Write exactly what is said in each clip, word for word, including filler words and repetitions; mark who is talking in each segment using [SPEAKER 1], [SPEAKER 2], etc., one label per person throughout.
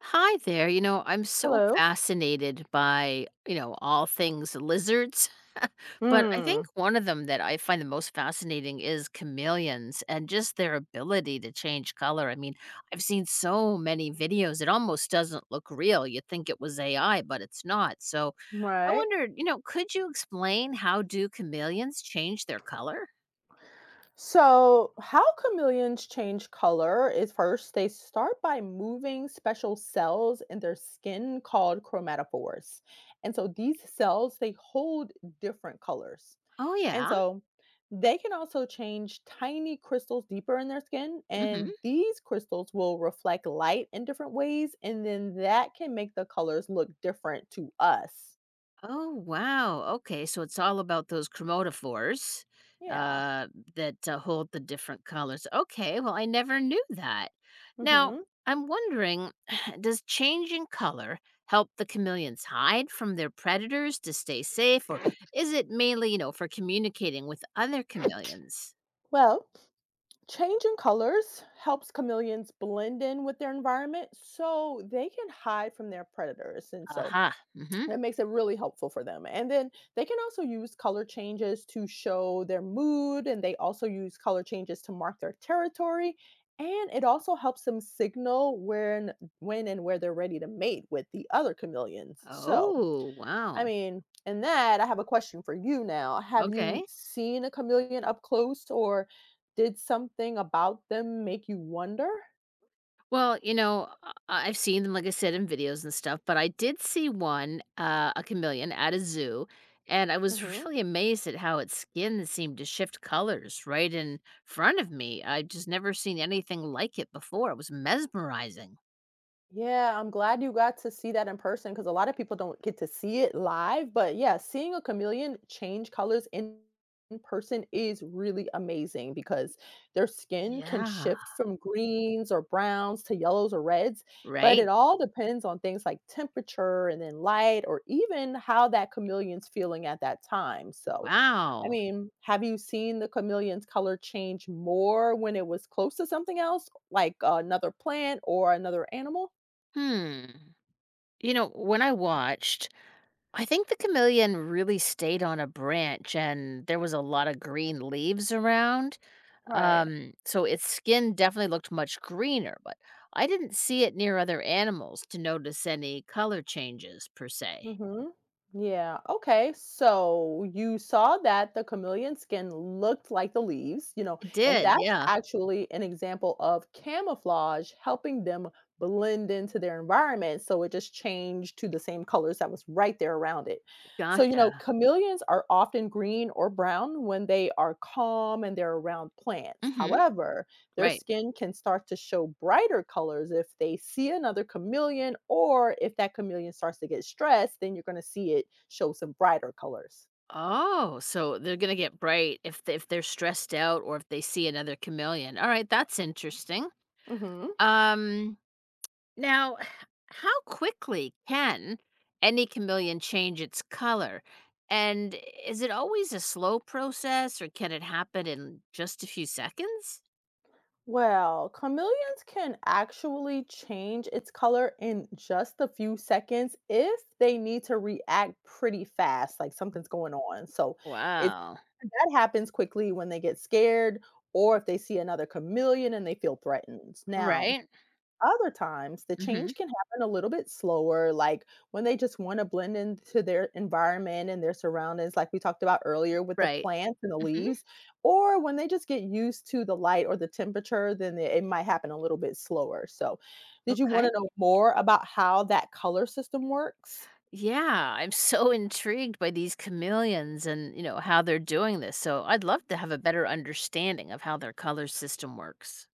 [SPEAKER 1] Hi there. You know, I'm so
[SPEAKER 2] Hello.
[SPEAKER 1] fascinated by, you know, all things lizards. But I think
[SPEAKER 2] Hmm.
[SPEAKER 1] one of them that I find the most fascinating is chameleons and just their ability to change color. I mean, I've seen so many videos, it almost doesn't look real. You'd think it was A I, but it's not. So I
[SPEAKER 2] Right.
[SPEAKER 1] wondered, you know, could you explain how do chameleons change their color?
[SPEAKER 2] So, how chameleons change color is first they start by moving special cells in their skin called chromatophores. And so these cells they hold different colors.
[SPEAKER 1] Oh,
[SPEAKER 2] And
[SPEAKER 1] yeah.
[SPEAKER 2] so they can also change tiny crystals deeper in their skin and these crystals will reflect light in different ways and then that can make the colors look different to us.
[SPEAKER 1] Oh, wow. Okay, so it's all about those chromatophores
[SPEAKER 2] Yeah.
[SPEAKER 1] uh, that uh, hold the different colors. Okay, well, I never knew that. Now,
[SPEAKER 2] Mhm.
[SPEAKER 1] I'm wondering does changing color help the chameleons hide from their predators to stay safe, or is it mainly, you know, for communicating with other chameleons?
[SPEAKER 2] Well, Changing colors helps chameleons blend in with their environment so they can hide from their predators. And so
[SPEAKER 1] Aha. Mm-hmm.
[SPEAKER 2] that makes it really helpful for them. And then they can also use color changes to show their mood, and they also use color changes to mark their territory. And it also helps them signal when, when and where they're ready to mate with the other chameleons. So,
[SPEAKER 1] Oh,
[SPEAKER 2] I
[SPEAKER 1] wow.
[SPEAKER 2] mean, and that, I have a question for you now. Have you
[SPEAKER 1] Okay.
[SPEAKER 2] seen a chameleon up close, or did something about them make you wonder?
[SPEAKER 1] Well, you know, I I've seen them, like I said, in videos and stuff, but I did see one, uh, a chameleon at a zoo, and I was
[SPEAKER 2] Mhm.
[SPEAKER 1] really amazed at how its skin seemed to shift colors right in front of me. I've just never seen anything like it before. It was mesmerizing.
[SPEAKER 2] Yeah, I'm glad you got to see that in person because a lot of people don't get to see it live. But yeah, seeing a chameleon change colors in, in person is really amazing because their skin can
[SPEAKER 1] Yeah.
[SPEAKER 2] shift from greens or browns to yellows or reds. But
[SPEAKER 1] Right?
[SPEAKER 2] it all depends on things like temperature and then light or even how that chameleon's feeling at that time. So, I
[SPEAKER 1] Wow.
[SPEAKER 2] mean, have you seen the chameleon's color change more when it was close to something else, like another plant or another animal?
[SPEAKER 1] Hmm. You know, when I watched, I think the chameleon really stayed on a branch and there was a lot of green leaves around.
[SPEAKER 2] Right.
[SPEAKER 1] Um, so its skin definitely looked much greener, but I didn't see it near other animals to notice any color changes per se.
[SPEAKER 2] Mhm. Yeah. Okay. So you saw that the chameleon skin looked like the leaves, you know,
[SPEAKER 1] It
[SPEAKER 2] and
[SPEAKER 1] did,
[SPEAKER 2] that's
[SPEAKER 1] yeah.
[SPEAKER 2] actually an example of camouflage helping them blend into their environment. So it just changed to the same colors that was right there around it. So, you know,
[SPEAKER 1] Gotcha.
[SPEAKER 2] chameleons are often green or brown when they are calm and they're around plants.
[SPEAKER 1] Mm-hmm.
[SPEAKER 2] However, Their
[SPEAKER 1] Right.
[SPEAKER 2] skin can start to show brighter colors if they see another chameleon, or if that chameleon starts to get stressed, then you're going to see it show some brighter colors.
[SPEAKER 1] Oh, so they're gonna get bright if they, if they're stressed out or if they see another chameleon. All right, that's interesting.
[SPEAKER 2] Hmm.
[SPEAKER 1] Um, Now, how quickly can any chameleon change its color? And is it always a slow process or can it happen in just a few seconds?
[SPEAKER 2] Well, chameleons can actually change its color in just a few seconds if they need to react pretty fast, like something's going on. So it
[SPEAKER 1] Wow.
[SPEAKER 2] that happens quickly when they get scared or if they see another chameleon and they feel threatened. Now,
[SPEAKER 1] Right.
[SPEAKER 2] Other times, the
[SPEAKER 1] Mhm.
[SPEAKER 2] change can happen a little bit slower, like when they just want to blend into their environment and their surroundings, like we talked about earlier with the
[SPEAKER 1] Right.
[SPEAKER 2] plants and the
[SPEAKER 1] Mhm.
[SPEAKER 2] leaves, or when they just get used to the light or the temperature, then it it might happen a little bit slower. So, did you want
[SPEAKER 1] Okay.
[SPEAKER 2] to know more about how that color system works?
[SPEAKER 1] Yeah, I'm so intrigued by these chameleons and, you know, how they're doing this. So, I'd love to have a better understanding of how their color system works.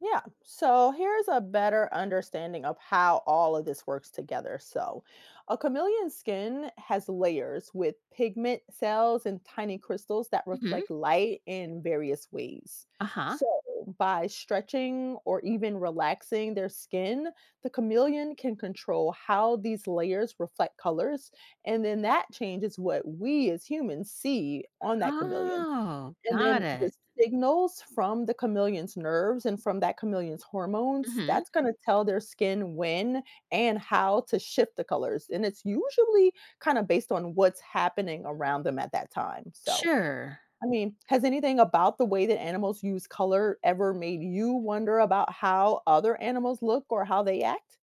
[SPEAKER 2] Yeah. So here's a better understanding of how all of this works together. So, a chameleon's skin has layers with pigment cells and tiny crystals that
[SPEAKER 1] Mhm.
[SPEAKER 2] reflect light in various ways.
[SPEAKER 1] Uh-huh.
[SPEAKER 2] So, by stretching or even relaxing their skin, the chameleon can control how these layers reflect colors. And then that changes what we as humans see on that chameleon.
[SPEAKER 1] Oh,
[SPEAKER 2] And
[SPEAKER 1] got
[SPEAKER 2] then the
[SPEAKER 1] it.
[SPEAKER 2] signals from the chameleon's nerves and from that chameleon's hormones,
[SPEAKER 1] Mhm.
[SPEAKER 2] that's gonna tell their skin when and how to shift the colors, and it's usually kinda based on what's happening around them at that time, so,
[SPEAKER 1] Sure.
[SPEAKER 2] I mean, has anything about the way that animals use color ever made you wonder about how other animals look or how they act?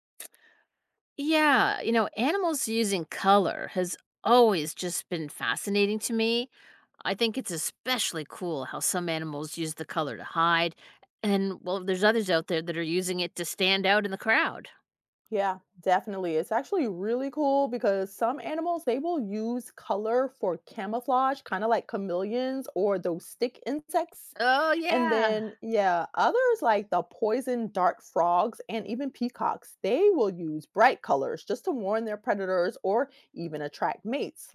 [SPEAKER 1] Yeah, you know, animals using color has always just been fascinating to me. I think it's especially cool how some animals use the color to hide, and well, there's others out there that are using it to stand out in the crowd.
[SPEAKER 2] Yeah, definitely. It's actually really cool because some animals they will use color for camouflage, kind of like chameleons or those stick insects.
[SPEAKER 1] Oh,
[SPEAKER 2] And
[SPEAKER 1] yeah.
[SPEAKER 2] then yeah, others like the poison dart frogs and even peacocks, they will use bright colors just to warn their predators or even attract mates.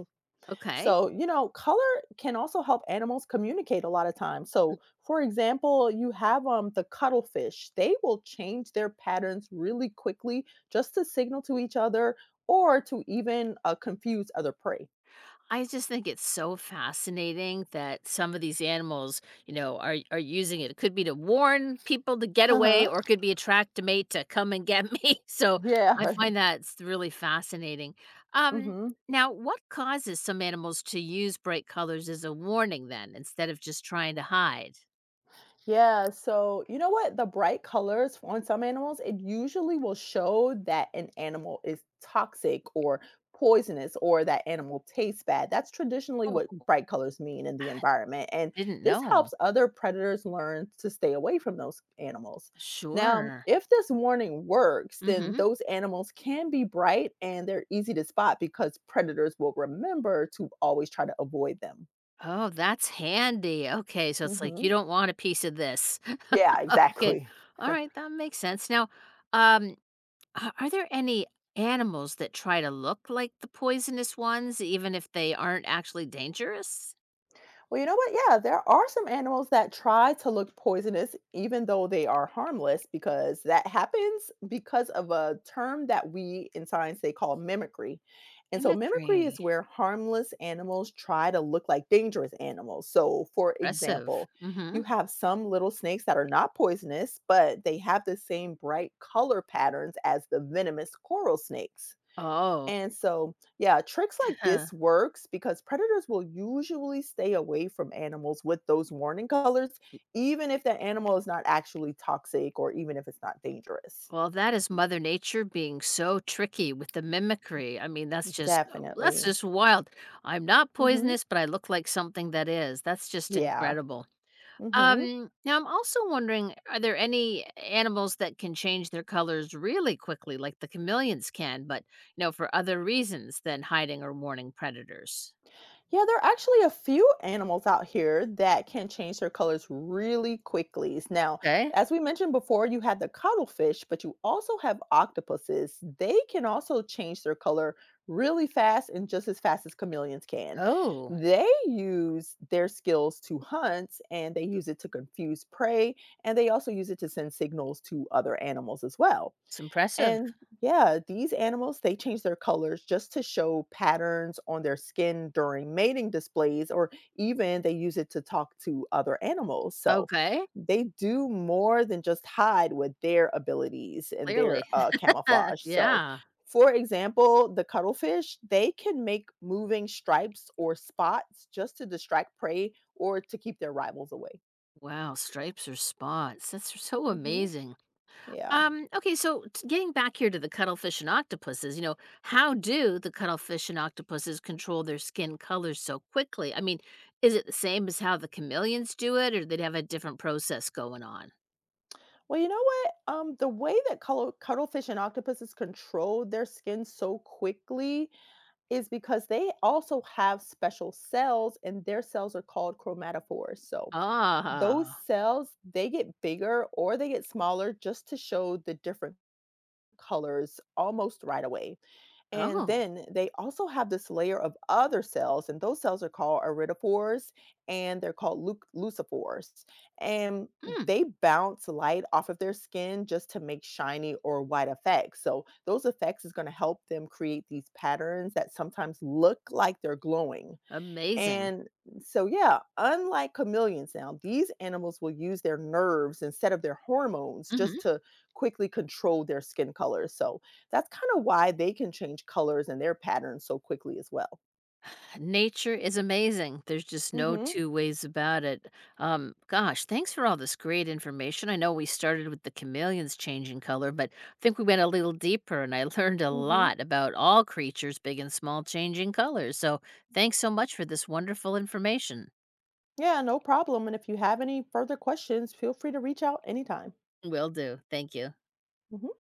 [SPEAKER 1] Okay.
[SPEAKER 2] So, you know, color can also help animals communicate a lot of times. So, for example, you have um the cuttlefish. They will change their patterns really quickly just to signal to each other or to even uh, confuse other prey.
[SPEAKER 1] I just think it's so fascinating that some of these animals, you know, are are using it. It could be to warn people to get
[SPEAKER 2] Uh-huh.
[SPEAKER 1] away, or it could be attract a mate to come and get me. So
[SPEAKER 2] Yeah.
[SPEAKER 1] I find that it's really fascinating. Um,
[SPEAKER 2] Mhm.
[SPEAKER 1] Now, what causes some animals to use bright colors as a warning, then, instead of just trying to hide?
[SPEAKER 2] Yeah, so you know what? The bright colors on some animals, it usually will show that an animal is toxic or poisonous or that animal tastes bad. That's traditionally what
[SPEAKER 1] Oh,
[SPEAKER 2] bright colors mean in the environment. And
[SPEAKER 1] didn't
[SPEAKER 2] this
[SPEAKER 1] know.
[SPEAKER 2] helps other predators learn to stay away from those animals. Now,
[SPEAKER 1] Sure.
[SPEAKER 2] if this warning works, then
[SPEAKER 1] Mm-hmm.
[SPEAKER 2] those animals can be bright and they're easy to spot because predators will remember to always try to avoid them.
[SPEAKER 1] Oh, that's handy. Okay, so it's like you
[SPEAKER 2] Hmm.
[SPEAKER 1] don't want a piece of this.
[SPEAKER 2] Yeah,
[SPEAKER 1] Okay,
[SPEAKER 2] exactly.
[SPEAKER 1] all right, that makes sense. Now, um, A are there any animals that try to look like the poisonous ones even if they aren't actually dangerous?
[SPEAKER 2] Well, you know what? Yeah, there are some animals that try to look poisonous even though they are harmless because that happens because of a term that we in science they call mimicry. And so mimicry is
[SPEAKER 1] Mimicry.
[SPEAKER 2] where harmless animals try to look like dangerous animals. So, for
[SPEAKER 1] Impressive.
[SPEAKER 2] example, you
[SPEAKER 1] Mhm.
[SPEAKER 2] have some little snakes that are not poisonous, but they have the same bright color patterns as the venomous coral snakes.
[SPEAKER 1] Oh.
[SPEAKER 2] And so, yeah, tricks like this works because predators will usually stay away from animals with those warning colors, even if the animal is not actually toxic or even if it's not dangerous.
[SPEAKER 1] Well, that is Mother Nature being so tricky with the mimicry. I mean, that's just um, that's
[SPEAKER 2] Definitely.
[SPEAKER 1] just wild. "I'm not
[SPEAKER 2] Hmm.
[SPEAKER 1] poisonous, but I look like something that is." That's just
[SPEAKER 2] Yeah.
[SPEAKER 1] incredible.
[SPEAKER 2] Hmm.
[SPEAKER 1] Um, now I'm also wondering, are there any animals that can change their colors really quickly, like the chameleons can, but you know, for other reasons than hiding or warning predators?
[SPEAKER 2] Yeah, there are actually a few animals out here that can change their colors really quickly. Now,
[SPEAKER 1] Okay.
[SPEAKER 2] as we mentioned before, you had the cuttlefish, but you also have octopuses. They can also change their color really fast and just as fast as chameleons can.
[SPEAKER 1] Oh,
[SPEAKER 2] They use their skills to hunt and they use it to confuse prey, and they also use it to send signals to other animals as well.
[SPEAKER 1] it's impressive.
[SPEAKER 2] And yeah, these animals they change their colors just to show patterns on their skin during mating displays or even they use it to talk to other animals. So
[SPEAKER 1] Okay,
[SPEAKER 2] they do more than just hide with their abilities and their
[SPEAKER 1] clearly.
[SPEAKER 2] uh, camouflage. So
[SPEAKER 1] Yeah.
[SPEAKER 2] for example, the cuttlefish, they can make moving stripes or spots just to distract prey or to keep their rivals away.
[SPEAKER 1] Wow, stripes or spots. That's so
[SPEAKER 2] Hmm.
[SPEAKER 1] amazing.
[SPEAKER 2] Yeah.
[SPEAKER 1] Um, okay, so t- getting back here to the cuttlefish and octopuses, you know, how do the cuttlefish and octopuses control their skin colors so quickly? I mean, is it the same as how the chameleons do it, or do they have a different process going on?
[SPEAKER 2] Well, you know what? Um, the way that cuddle- cuttlefish and octopuses control their skin so quickly is because they also have special cells, and their cells are called chromatophores. So those
[SPEAKER 1] Ah,
[SPEAKER 2] cells they get bigger or they get smaller just to show the different colors almost right away. And
[SPEAKER 1] oh,
[SPEAKER 2] then they also have this layer of other cells, and those cells are called iridophores and they're called luc- lucifores. And
[SPEAKER 1] hmm,
[SPEAKER 2] they bounce light off of their skin just to make shiny or white effects. So, those effects is going to help them create these patterns that sometimes look like they're glowing.
[SPEAKER 1] amazing.
[SPEAKER 2] And so, yeah, unlike chameleons now, these animals will use their nerves instead of their hormones just
[SPEAKER 1] Mm-hmm.
[SPEAKER 2] to quickly control their skin color. So that's kind of why they can change colors and their patterns so quickly as well.
[SPEAKER 1] Nature is amazing. There's just no
[SPEAKER 2] Hmm.
[SPEAKER 1] two ways about it. Um, gosh, thanks for all this great information. I know we started with the chameleons changing color, but I think we went a little deeper and I learned a
[SPEAKER 2] Hmm.
[SPEAKER 1] lot about all creatures, big and small, changing colors. So thanks so much for this wonderful information.
[SPEAKER 2] Yeah, no problem. And if you have any further questions, feel free to reach out anytime.
[SPEAKER 1] Will do. Thank you.
[SPEAKER 2] Mhm.